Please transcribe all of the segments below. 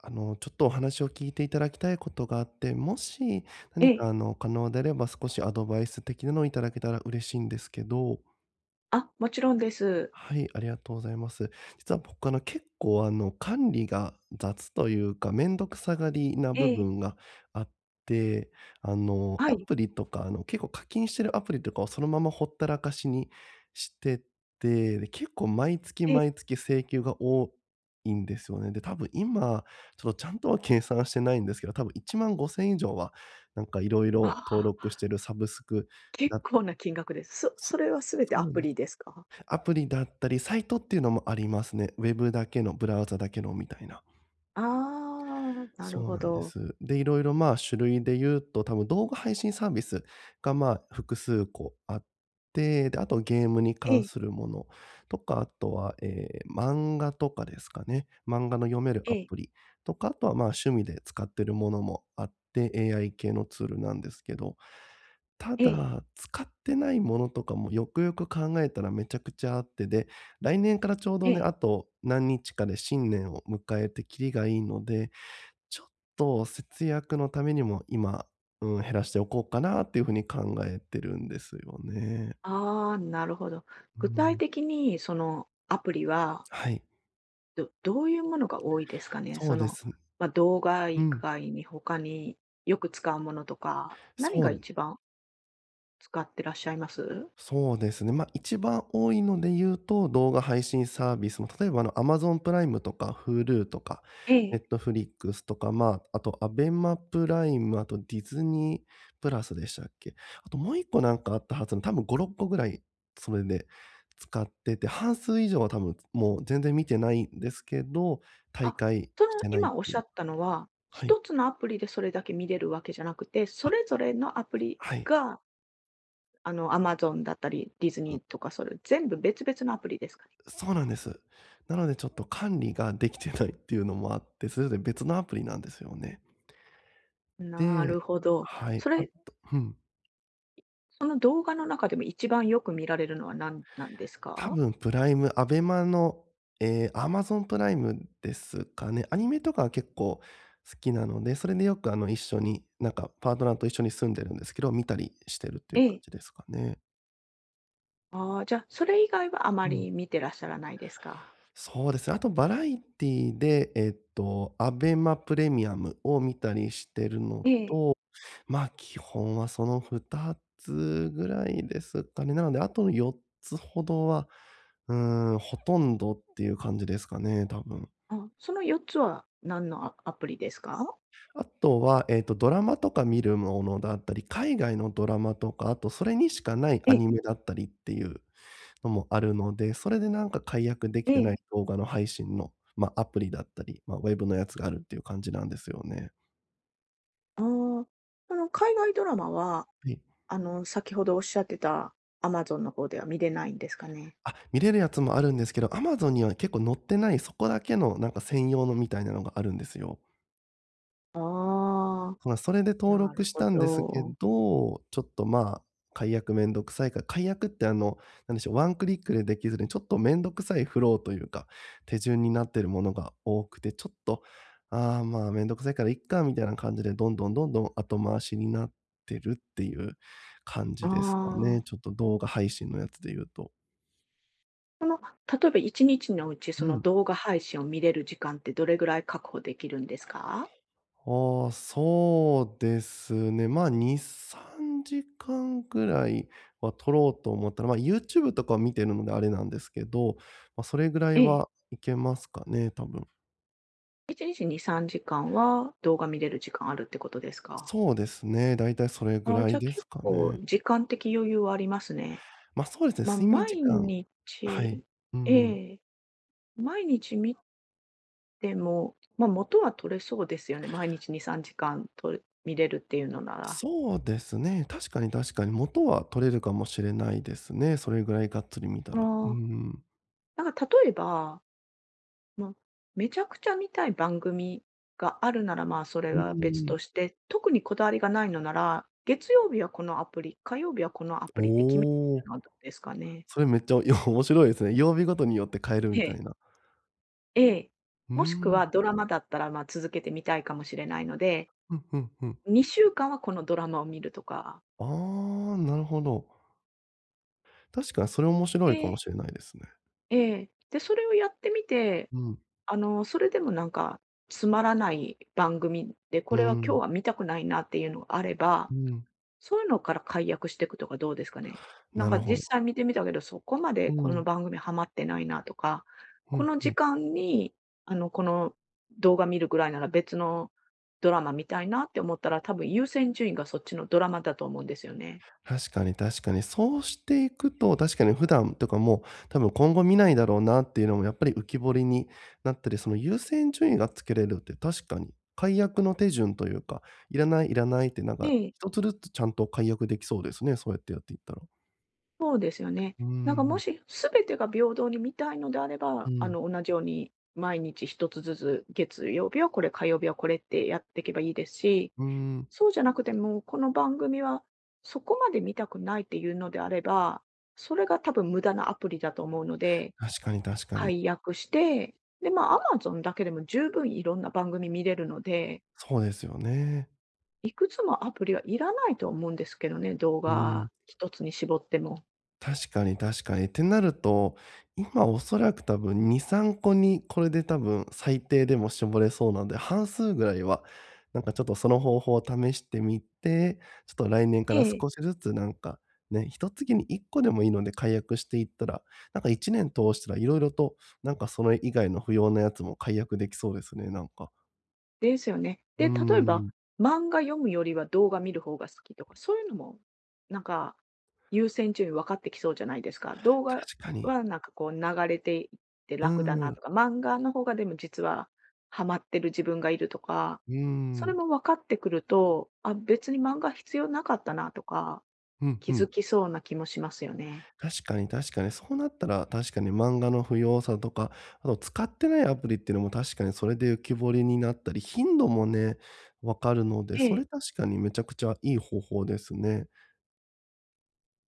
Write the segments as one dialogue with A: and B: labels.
A: ちょっとお話を聞いていただきたいことがあって、もし何
B: え
A: か
B: え。
A: 可能であれば少しアドバイス的なのをいただけたら嬉しいんですけど。
B: あ、もちろんです。
A: はい、ありがとうございます。実は僕結構管理が雑というか、めんどくさがりな
B: え
A: 部
B: え、
A: 分があって、
B: は
A: ア
B: い、
A: プリとか、結構課金してるアプリとかをそのままほったらかしにしてて、で、結構毎月
B: ええ。
A: 毎月請求が多いんですよね。で、多分今、ちょっとちゃんとは計算してないんですけど、多分1万5千以上は、なんかいろいろ
B: あ
A: 登録
B: あ、
A: してるサブスク
B: 結
A: だ
B: 構な金額です。そ
A: そ
B: それはすべて
A: そう
B: ア
A: なん
B: プ
A: です。
B: リですか？
A: アプリだったり、サイトっていうのもありますね。ウェブだけの、ブラウザだけのみたいな。
B: ああ、なる
A: そう
B: ほ
A: なんで
B: ど。
A: す。で、いろいろ、まあ、種類で言うと、多分動画配信サービスが、まあ、複数個あって、で、あとゲームに
B: え
A: 関
B: え、
A: するものとか、あとは、ええ、漫画とかですかね。漫画の読める
B: え
A: ア
B: え、
A: プリとか、あとは、まあ、趣味で使ってるものもあって、AI 系のツールなんですけど、た
B: ええ、
A: だ、使ってないものとかもよくよく考えたらめちゃくちゃあって、で、来年からちょう
B: え
A: どね、
B: え。
A: あと何日かで新年を迎えてきりがいいので、ちょっと節約のためにも今、うん、減らしておこうかなっていうふうに考えてるんですよね。
B: ああ、なるほど。
A: う
B: 具体
A: ん。
B: 的にそのアプリは、
A: はい。
B: どういうものが多いですかね？
A: そ
B: そ
A: うで
B: の、
A: す。
B: ま、動画
A: う
B: 以
A: ん。
B: 外に他によく使うものとか、何
A: そ
B: が
A: う
B: 一番使ってらっしゃいます？
A: そうですね。ま、一番多いので言うと、動画配信サービスも、例えば、Amazon プライムとか Hulu とか、
B: ええ。
A: Netflix とか、ま、ああとアベンマプライム、あとディズニープラスでしたっけ？あともう一個なんかあったはずの、多分5、6個ぐらいそれで使ってて、半数以上は多分もう全然見てないんですけど、大
B: あ、
A: 会
B: そ
A: し
B: の
A: てないっ
B: 今おっ
A: て
B: し
A: い
B: ゃ
A: う。
B: ったのは、
A: はい。
B: 一つのアプリでそれだけ見れるわけじゃなくて、そ
A: あ、
B: れぞれのアプリ
A: はい。
B: が、Amazon だったり、ディズニーとかそれ全部別々のアプリですかね。
A: そうなんです。なのでちょっと管理ができてないっていうのもあって、それぞれ別のアプリなんですよね。
B: なる
A: で、
B: ほど。
A: はい、
B: そ
A: あと、
B: れ、
A: うん。
B: その動画の中でも一番よく見られるのは何なんです
A: 多
B: か？
A: 分プライム、アベマの、ええ、アマゾンプライムですかね。アニメとかは結構好きなので、それでよく一緒に、なんかパートナーと一緒に住んでるんですけど、見たりしてるってい
B: え
A: う感
B: え。
A: じですかね。
B: ああ、じゃあ、それ以外はあま
A: うん。
B: り見てらっしゃらないですか？
A: そうですね。あとバラエティで、アベマプレミアムを見たりしてるの、
B: ええ。
A: まあ、基本はその2つぐらいですかね。なので、あとの4つほどは、うーほとんどっていう感じですかね、多分。
B: あ、その4つは何のアプリですか？
A: あとは、ドラマとか見るものだったり、海外のドラマとか、あとそれにしかない
B: え
A: ア
B: え、
A: ニメだったりっていうのもあるので、それでなんか解約でき
B: え
A: てな
B: え。
A: い動画の配信の、まあ、アプリだったり、まあ、ウェブのやつがあるっていう感じなんですよね。
B: ああ、その海外ドラマは
A: はい。
B: 先ほどおっしゃってたアマゾンの方では見れないんですかね？
A: あ、見れるやつもあるんですけど、Amazon には結構載ってない、そこだけのなんか専用のみたいなのがあるんですよ。
B: ああ、
A: まあ、それで登
B: なる
A: 録し
B: ほ
A: たんですけ
B: ど。
A: ど、ちょっと、まあ、解約めんどくさいから、解約ってなんでしょう、ワンクリックでできずに、ちょっとめんどくさいフローというか、手順になってるものが多くて、ちょっと、ああ、まあ、めんどくさいからいっかみたいな感じで、どんどん後回しになってるっていう感
B: あ
A: じですかね。ちょっ
B: あ。
A: と動画配信のやつで言うと。
B: その、例えば1日のうち、そ
A: う
B: の
A: ん。
B: 動画配信を見れる時間ってどれぐらい確保できるんですか？
A: ああ、そうですね。まあ、2、3時間ぐらいは取ろうと思ったら、まあ、YouTube とかは見てるのであれなんですけど、まあ、それぐらい
B: ええ。
A: はいけますかね、多分。
B: 1日に3時間は動画見れる時間あるってことですか？
A: そうですね、だいたいそれぐ
B: ああ、
A: ら
B: じ
A: い
B: ゃ、あ、
A: で
B: 結
A: すか
B: 構
A: ね。
B: 時間的余裕はありますね。
A: ま、あ、そうで
B: まあ、
A: すね、睡眠時
B: 毎
A: 間。はい。
B: 日、
A: う
B: え
A: ん。
B: え、毎日見でも、まあ、元は取れそうですよね。毎日2、3時間見れるっていうのなら。
A: そうですね、確かに、元は取れるかもしれないですね、それぐらいがっつり見たら。う
B: ああ。
A: んうん。
B: なんか例えば、ま、めちゃくちゃ見たい番組があるなら、まあ、それ
A: ー
B: は別
A: ん。
B: として、特にこだわりがないのなら、月曜日はこのアプリ、火曜日はこのアプリって決め
A: お
B: る
A: お。
B: のはどうですかね？
A: それめっちゃ、いや、面白いですね。曜日ごとによって変えるみ
B: え
A: たい
B: え。
A: な。
B: ええ。
A: うー
B: もしくは
A: ん。
B: ドラマだったら、ま、続けて見たいかもしれないので、
A: ふんふんふん。
B: 2週間はこのドラマを見るとか。
A: ああ、なるほど。確かにそれ面白
B: え
A: いかも
B: え。
A: しれないですね。
B: ええ。で、それをやってみて
A: うん。
B: それでもなんか、つまらない番組で、
A: う
B: こ
A: ー
B: れは今日
A: ん。
B: は見たくないなっていうのがあれば、
A: うん。
B: そういうのから解約していくとかどうですかね？なん
A: な
B: か
A: るほど。
B: 実際見てみたけど、そこまで
A: う
B: この
A: ん。
B: 番組ハマってないなとか、
A: ふ
B: こ
A: ん
B: の
A: ふ
B: 時
A: ん。
B: 間に、この動画見るぐらいなら別のドラマ見たいなって思ったら、多分優先順位がそっちのドラマだと思うんですよね。
A: 確かに、確かに。そうしていくと、確かに普段とかも、多分今後見ないだろうなっていうのもやっぱり浮き彫りになったり、その優先順位がつけれるって確かに、解約の手順というか、いらないってなんか、
B: ええ、
A: 一つずつちゃんと解約できそうですね、そうやってやっていったら。
B: そうですよね。
A: うー
B: なんかも
A: ん、
B: し全てが平等に見たいのであれば、
A: うん、
B: 同じように毎日一つずつ、月曜日はこれ、火曜日はこれってやっていけばいいですし、
A: うーん。
B: そうじゃなくても、この番組はそこまで見たくないっていうのであれば、それが多分無駄なアプリだと思うので、
A: 確かに、確かに。
B: 解約して、で、まあ、Amazon だけでも十分いろんな番組見れるので、
A: そうですよね。
B: いくつもアプリはいらないと思うんですけどね、動
A: う
B: 画
A: ん、
B: 一つに絞っても。
A: 確かに、確かに。ってなると、今おそらく多分2、3個にこれで多分最低でも絞れそうなんで、半数ぐらいは、なんかちょっとその方法を試してみて、ちょっと来年か
B: え
A: ら
B: え。
A: 少しずつなんか、ね、1月に1個でもいいので解約していったら、なんか1年通したらいろいろと、なんかそれ以外の不要なやつも解約できそうですね、なんか。
B: ですよね。
A: うー
B: で、例えば、
A: ん、
B: 漫画読むよりは動画見る方が好きとか、そういうのも、なんか、優先順位分かってきそうじゃないですか。動画
A: 確かに。
B: はなんかこう流れていって
A: うー
B: 楽だな
A: ん、
B: とか、漫画の方がでも実はハマってる自分がいるとか、
A: うー
B: それ
A: ん、
B: も分かってくると、あ、別に漫画必要なかったなとか、
A: うん
B: 気
A: う
B: づ
A: ん。
B: きそうな気もしますよね。
A: 確かに、確かに、そうなったら、確かに漫画の不要さとか、あと使ってないアプリっていうのも確かにそれで浮き彫りになったり、頻度もね、わかるので、そ
B: で、
A: れ確かにめちゃくちゃいい方法ですね。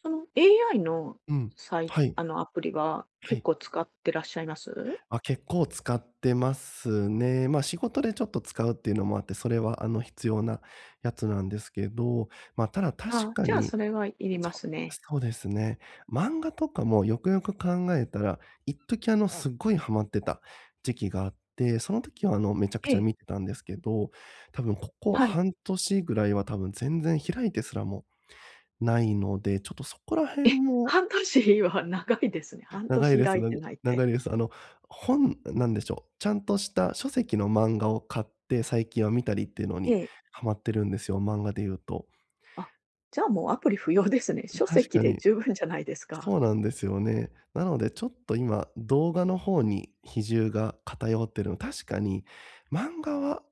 B: その AI の
A: うん。
B: サイ
A: はい、
B: あのアプリは
A: は
B: 結
A: い。
B: 構使ってらっしゃいます？
A: あ、結構使ってますね。ま、仕事でちょっと使うっていうのもあって、それは必要なやつなんですけど、ま、ただ確
B: あ、
A: か
B: じゃあ、
A: に
B: それはいりま
A: そ
B: すね。
A: そうですね。漫画とかもよくよく考えたら、一時すっごいハマってた時期があって、その時はめちゃく
B: え
A: ちゃ
B: え、
A: 見てたんですけど、多分ここ
B: はい。
A: 半年ぐらいは多分全然開いてすらもないので、ちょっとそこら辺
B: え、
A: も
B: 半年は長いですね。半
A: 長い
B: 年
A: です、
B: 開いてないっ
A: 長
B: て。
A: いです。本なんでしょう、ちゃんとした書籍の漫画を買って、最近は見たりっていうの
B: え
A: に
B: え。
A: ハマってるんですよ、漫画で言うと。
B: あ、じゃあ、もうアプリ不要ですね。書
A: 確
B: 籍
A: か
B: で
A: に。
B: 十分じゃないですか。
A: そうなんですよね。なのでちょっと今、動画の方に比重が偏ってるの確かに、漫画は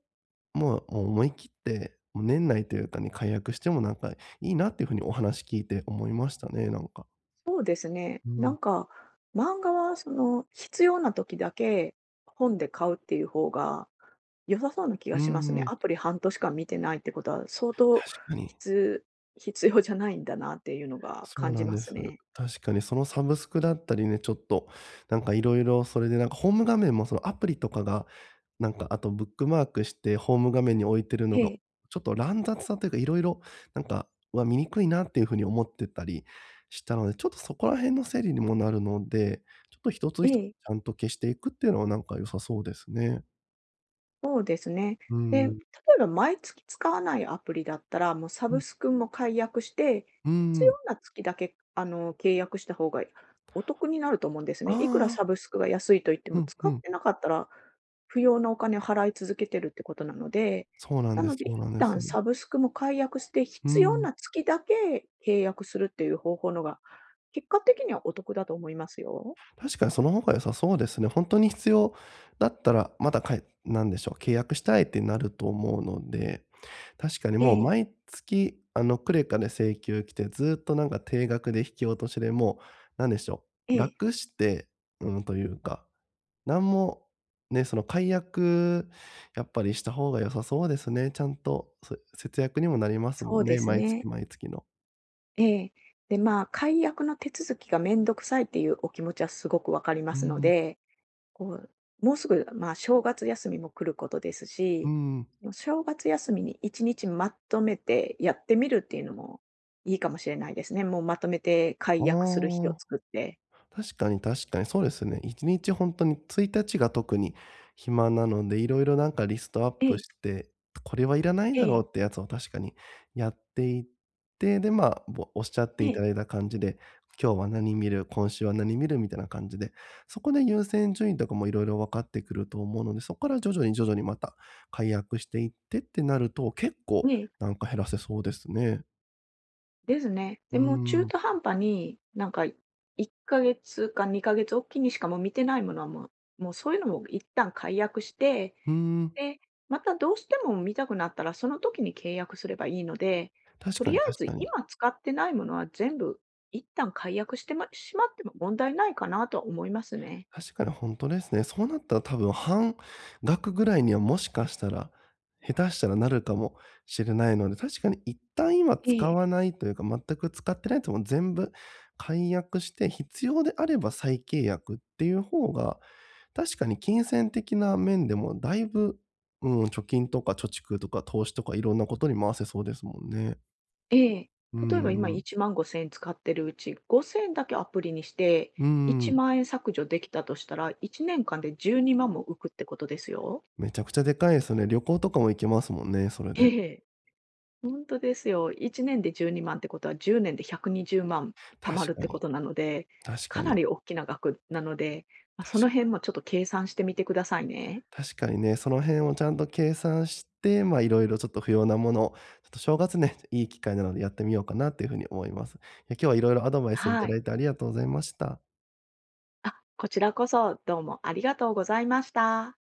A: もう思い切って、もう年内というかに解約してもなんかいいなっていうふうにお話聞いて思いましたね、なんか。
B: そうですね。
A: う
B: なん
A: ん。
B: か、漫画は必要な時だけ本で買うっていう方が良さそうな気が
A: う
B: します
A: ん
B: ね。
A: うん、
B: アプリ半年間見てないってことは、相当
A: 確かに。
B: 必必要じゃないんだなっていうのが
A: そう
B: 感じ
A: なん
B: ま
A: で
B: す
A: す。
B: ね。
A: 確かにそのサブスクだったりね、ちょっとなんかいろいろそれでなんかホーム画面もそのアプリとかが、なんかあとブックマークしてホーム画面に置いてるの
B: え
A: が、
B: え、
A: ちょっと乱雑さというか、いろいろなんか、は見にくいなっていうふうに思ってたりしたので、ちょっとそこら辺の整理にもなるので、ちょっと一つ
B: え
A: 一つち
B: え。
A: ゃんと消していくっていうのはなんか良さそうですね。
B: そうですね。
A: うー
B: で、例え
A: ん。
B: ば毎月使わないアプリだったら、もうサ
A: う
B: ブ
A: ん。
B: スクも解約して、
A: うー
B: 必
A: ん。
B: 要な月だけ契約した方がお得になると思うんですね。いくら
A: あ
B: サブ
A: あ。
B: スクが安いと言って
A: う
B: も、
A: ん
B: 使
A: う
B: っ
A: ん。
B: てなかったら不要なお金を払い続けてるってことなので、
A: そうなん
B: な
A: で
B: の
A: す
B: で
A: そ
B: 一
A: うなんです。
B: 旦
A: う
B: サブスクも解約して、
A: ー
B: 必要
A: ん。
B: な月だけ契約するっていう方法のが、結果的にはお得だと思いますよ。
A: 確かにその方が良さそうですね。本当に必要だったら、まだかいなんでしょう、契約したいってなると思うので、確かに
B: え
A: もう
B: え、
A: 毎月、クレカで請求来て、ずっとなんか定額で引き落としで、もう、なんでしょ
B: え
A: う、
B: え。
A: 楽して、うん、というか、なんも、ね、その解約、やっぱりした方が良さそうですね。ちゃんと、節約にもなりますも
B: そう
A: ん
B: で
A: ね、
B: す
A: 毎月
B: ね。
A: 毎月の。
B: ええ。で、まあ、解約の手続きがめんどくさいっていうお気持ちはすごくわかりま
A: う
B: すの
A: ん、
B: で、こう、もうすぐ、まあ、正月休みも来ることです
A: う
B: し、
A: ん。
B: もう正月休みに1日まとめてやってみるっていうのもいいかもしれないですね。もうまとめて解約する日を
A: ああ。
B: 作って。
A: 確かに、確かに、そうですね。1日本当に1日が特に暇なので、いろいろなんかリストアッ
B: え
A: プ
B: え、
A: して、これはいらない
B: え
A: だろう
B: え、
A: ってやつを確かにやっていって、で、まあ、ぼおっしゃって
B: え
A: いた
B: え、
A: だいた感じで、今日は何見る、今週は何見るみたいな感じで、そこで優先順位とかもいろいろ分かってくると思うので、そこから徐々にまた解約していってってなると、結構
B: ええ、
A: なんか減らせそうですね。
B: ですね。
A: う
B: で
A: ー
B: もう中
A: ん。
B: 途半端になんか1ヶ月か2ヶ月おきにしかもう見てないものはもう、もうそういうのも一旦解約して、
A: うーん、
B: で、またどうしても見たくなったら、その時に契約すればいいので、
A: 確
B: と
A: か
B: り
A: に、
B: あえ
A: 確か
B: ず
A: に。
B: 今使ってないものは全部一旦解約してましまっても問題ないかなとは思いますね。
A: 確かに本当ですね。そうなったら多分半額ぐらいにはもしかしたら、下手したらなるかもしれないので、確かに一旦今
B: え
A: 使わ
B: え。
A: ないというか、全く使ってないとも全部解約して、必要であれば再契約っていう方が、確かに金銭的な面でもだいぶ、うん、貯金とか貯蓄とか投資とかいろんなことに回せそうですもんね。
B: ええ。
A: う
B: 例えば今
A: んうん。
B: 1万5千円使ってるうち、5千円だけアプリにして、1
A: ん。
B: 万円削除できたとしたら、1年間で12万も浮くってことですよ。
A: めちゃくちゃでかいですよね。旅行とかも行けますもんね、それ
B: え
A: で。
B: え。ほんとですよ。1年で12万ってことは10年で120万貯
A: 確
B: まるっ
A: か
B: てこ
A: に、
B: となので、
A: 確
B: か
A: か
B: な
A: に。
B: り大きな額なので、まあ、その
A: 確か
B: 辺もちょっと計算してみてくださいね。
A: 確かにね、その辺をちゃんと計算して、ま、いろいろちょっと不要なものを、ちょっと正月ね、いい機会なのでやってみようかなっていうふうに思います。いや、今日はいろいろアドバイスい
B: は
A: ただ
B: い。
A: いてありがとうございました。
B: あ、こちらこそどうもありがとうございました。